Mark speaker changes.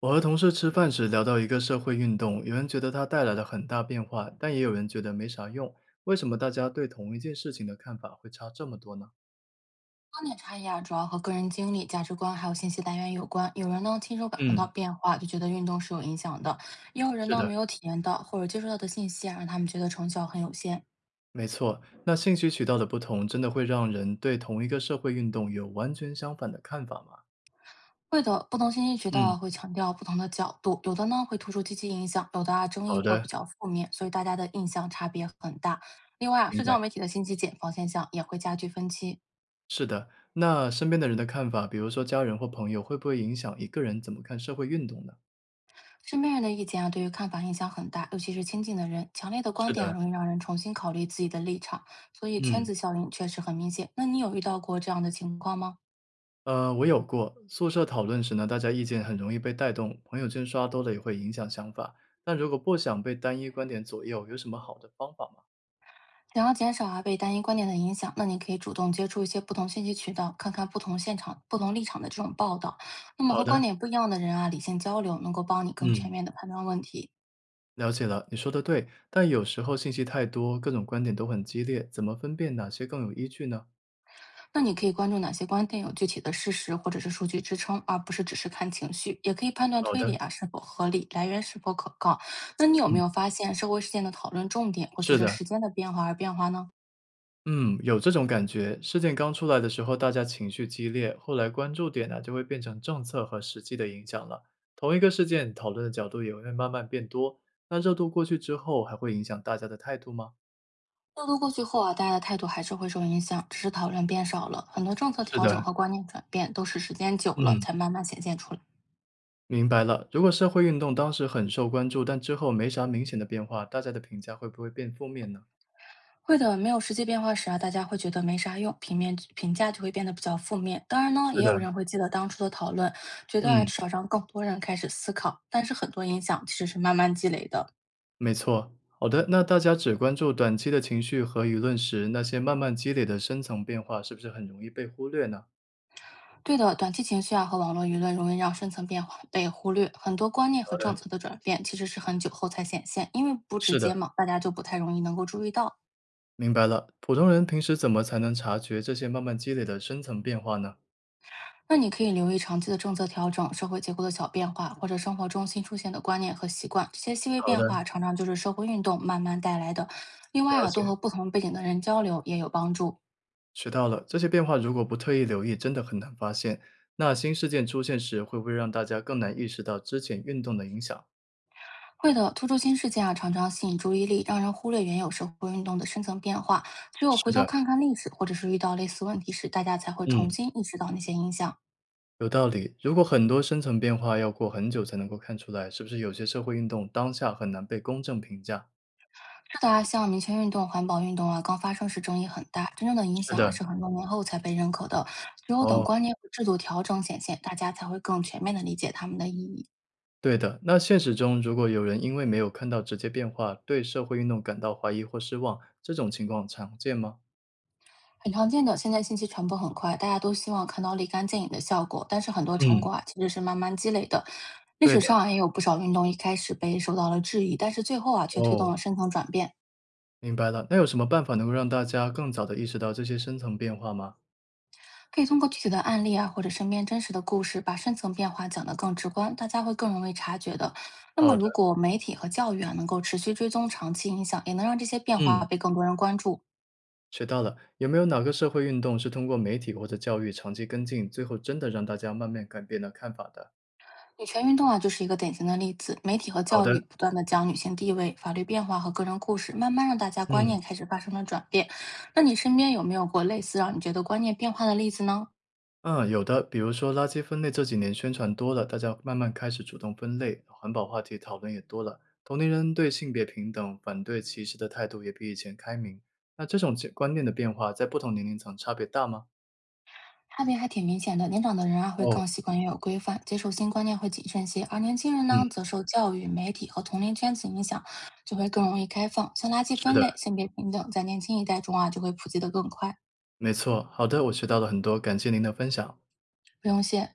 Speaker 1: 我和同事吃饭时聊到一个社会运动，有人觉得它带来了很大变化，但也有人觉得没啥用。为什么大家对同一件事情的看法会差这么多呢？
Speaker 2: 观点差异啊，主要和个人经历、价值观还有信息来源有关。有人呢亲手感受到
Speaker 1: 嗯，
Speaker 2: 变化，就觉得运动是有影响的；也有人
Speaker 1: 是
Speaker 2: 呢
Speaker 1: 的，
Speaker 2: 没有体验到或者接触到的信息啊，让他们觉得成效很有限。
Speaker 1: 没错。那信息渠道的不同，真的会让人对同一个社会运动有完全相反的看法吗？
Speaker 2: 会的，不同信息渠道
Speaker 1: 嗯，
Speaker 2: 啊会强调不同的角度，有的呢会突出积极影响，有的啊争议
Speaker 1: 好
Speaker 2: 或
Speaker 1: 的，
Speaker 2: 比较负面，所以大家的印象差别很大。另外啊，
Speaker 1: 明
Speaker 2: 社
Speaker 1: 白。
Speaker 2: 交媒体的信息茧房现象也会加剧分歧。
Speaker 1: 是的，那身边的人的看法，比如说家人或朋友，会不会影响一个人怎么看社会运动呢？
Speaker 2: 身边人的意见啊，对于看法影响很大，尤其是亲近的人，强烈的
Speaker 1: 是
Speaker 2: 观点
Speaker 1: 的，
Speaker 2: 啊，容易让人重新考虑自己的立场，所以圈
Speaker 1: 嗯。
Speaker 2: 子效应确实很明显。那你有遇到过这样的情况吗？
Speaker 1: 我有过。宿舍讨论时呢，大家意见很容易被带动，朋友圈刷多了也会影响想法。但如果不想被单一观点左右，有什么好的方法吗？
Speaker 2: 想要减少啊被单一观点的影响，那你可以主动接触一些不同信息渠道，看看不同现场、不同立场的这种报道。那么
Speaker 1: 好
Speaker 2: 和观
Speaker 1: 的，
Speaker 2: 点不一样的人啊，理性交流，能够帮你更全
Speaker 1: 嗯，
Speaker 2: 面的判断问题。
Speaker 1: 了解了，你说的对。但有时候信息太多，各种观点都很激烈，怎么分辨哪些更有依据呢？
Speaker 2: 那你可以关注哪些观点有具体的事实或者是数据支撑，而不是只是看情绪。也可以判断
Speaker 1: 好
Speaker 2: 推理
Speaker 1: 的，
Speaker 2: 啊是否合理，来源是否可靠。那你有没
Speaker 1: 嗯，
Speaker 2: 有发现社会事件的讨论重点会随
Speaker 1: 是
Speaker 2: 着
Speaker 1: 的。
Speaker 2: 时间的变化而变化呢？
Speaker 1: 嗯，有这种感觉。事件刚出来的时候，大家情绪激烈，后来关注点呢、就会变成政策和实际的影响了。同一个事件，讨论的角度也会慢慢变多。那热度过去之后，还会影响大家的态度吗？
Speaker 2: 热度过去后啊，大家的态度还是会受影响，只是讨论变少了。很多政策
Speaker 1: 是
Speaker 2: 调
Speaker 1: 的，
Speaker 2: 整和观念转变都是时间久了
Speaker 1: 嗯，
Speaker 2: 才慢慢显现出来。
Speaker 1: 明白了。如果社会运动当时很受关注，但之后没啥明显的变化，大家的评价会不会变负面呢？
Speaker 2: 会的，没有实际变化时啊，大家会觉得没啥用，平面评价就会变得比较负面。当然呢，
Speaker 1: 是
Speaker 2: 也
Speaker 1: 的，
Speaker 2: 有人会记得当初的讨论，觉得啊，
Speaker 1: 嗯，
Speaker 2: 至少让更多人开始思考。但是很多影响其实是慢慢积累的。
Speaker 1: 没错。好的，那大家只关注短期的情绪和舆论时，那些慢慢积累的深层变化是不是很容易被忽略呢？
Speaker 2: 对的，短期情绪啊和网络舆论容易让深层变化被忽略，很多观念和政策的转变其实是很久后才显现，因为不直
Speaker 1: 是的，
Speaker 2: 接嘛，大家就不太容易能够注意到。
Speaker 1: 明白了，普通人平时怎么才能察觉这些慢慢积累的深层变化呢？
Speaker 2: 那你可以留意长期的政策调整、社会结构的小变化，或者生活中新出现的观念和习惯。这些细微
Speaker 1: 好
Speaker 2: 变
Speaker 1: 的，
Speaker 2: 化常常就是社会运动慢慢带来的。另外
Speaker 1: 了
Speaker 2: 啊，多
Speaker 1: 解，
Speaker 2: 和不同背景的人交流也有帮助。
Speaker 1: 学到了。这些变化如果不特意留意，真的很难发现。那新事件出现时，会不会让大家更难意识到之前运动的影响？
Speaker 2: 会的，突出新事件啊，常常吸引注意力，让人忽略原有社会运动的深层变化。只有
Speaker 1: 是
Speaker 2: 回头
Speaker 1: 的，
Speaker 2: 看看历史，或者是遇到类似问题时，大家才会重
Speaker 1: 嗯，
Speaker 2: 新意识到那些影响。
Speaker 1: 有道理。如果很多深层变化要过很久才能够看出来，是不是有些社会运动当下很难被公正评价？
Speaker 2: 是的啊，像民权运动、环保运动啊，刚发生时争议很大，真正的影
Speaker 1: 是
Speaker 2: 响啊
Speaker 1: 的，
Speaker 2: 是很多年后才被认可的。只有等
Speaker 1: 哦，
Speaker 2: 观念和制度调整显现，大家才会更全面的理解它们的意义。
Speaker 1: 对的。那现实中，如果有人因为没有看到直接变化，对社会运动感到怀疑或失望，这种情况常见吗？
Speaker 2: 很常见的，现在信息传播很快，大家都希望看到立竿见影的效果，但是很多成
Speaker 1: 嗯，
Speaker 2: 果啊其实是慢慢积累的。历
Speaker 1: 对
Speaker 2: 史
Speaker 1: 的，
Speaker 2: 上啊也有不少运动一开始被受到了质疑，但是最后啊却推动
Speaker 1: 哦，
Speaker 2: 了深层转变。
Speaker 1: 明白了。那有什么办法能够让大家更早的意识到这些深层变化吗？
Speaker 2: 可以通过具体的案例啊，或者身边真实的故事，把深层变化讲得更直观，大家会更容易察觉的。那么，
Speaker 1: 好
Speaker 2: 如
Speaker 1: 的，
Speaker 2: 果媒体和教育啊能够持续追踪长期影响，也能让这些变化
Speaker 1: 嗯，
Speaker 2: 被更多人关注。
Speaker 1: 学到了。有没有哪个社会运动是通过媒体或者教育长期跟进，最后真的让大家慢慢改变了看法的？
Speaker 2: 女权运动啊就是一个典型的例子，媒体和
Speaker 1: 好
Speaker 2: 教
Speaker 1: 的，
Speaker 2: 育不断的将女性地位、法律变化和个人故事，慢慢让大家观
Speaker 1: 嗯。
Speaker 2: 念开始发生了转变。那你身边有没有过类似让你觉得观念变化的例子呢？
Speaker 1: 嗯，有的，比如说垃圾分类这几年宣传多了，大家慢慢开始主动分类，环保话题讨论也多了，同龄人对性别平等、反对歧视的态度也比以前开明。那这种观念的变化，在不同年龄层差别大吗？
Speaker 2: 差别还挺明显的。年长的人啊，会
Speaker 1: 哦，
Speaker 2: 更习惯也有规范，接受新观念会谨慎些；而年轻人
Speaker 1: 嗯，
Speaker 2: 呢，则受教育、媒体和同龄圈子影响，就会更容易开放。像垃圾
Speaker 1: 是
Speaker 2: 分
Speaker 1: 的。
Speaker 2: 类、性别平等，在年轻一代中啊，就会普及的更快。
Speaker 1: 没错，好的，我学到了很多，感谢您的分享。
Speaker 2: 不用谢。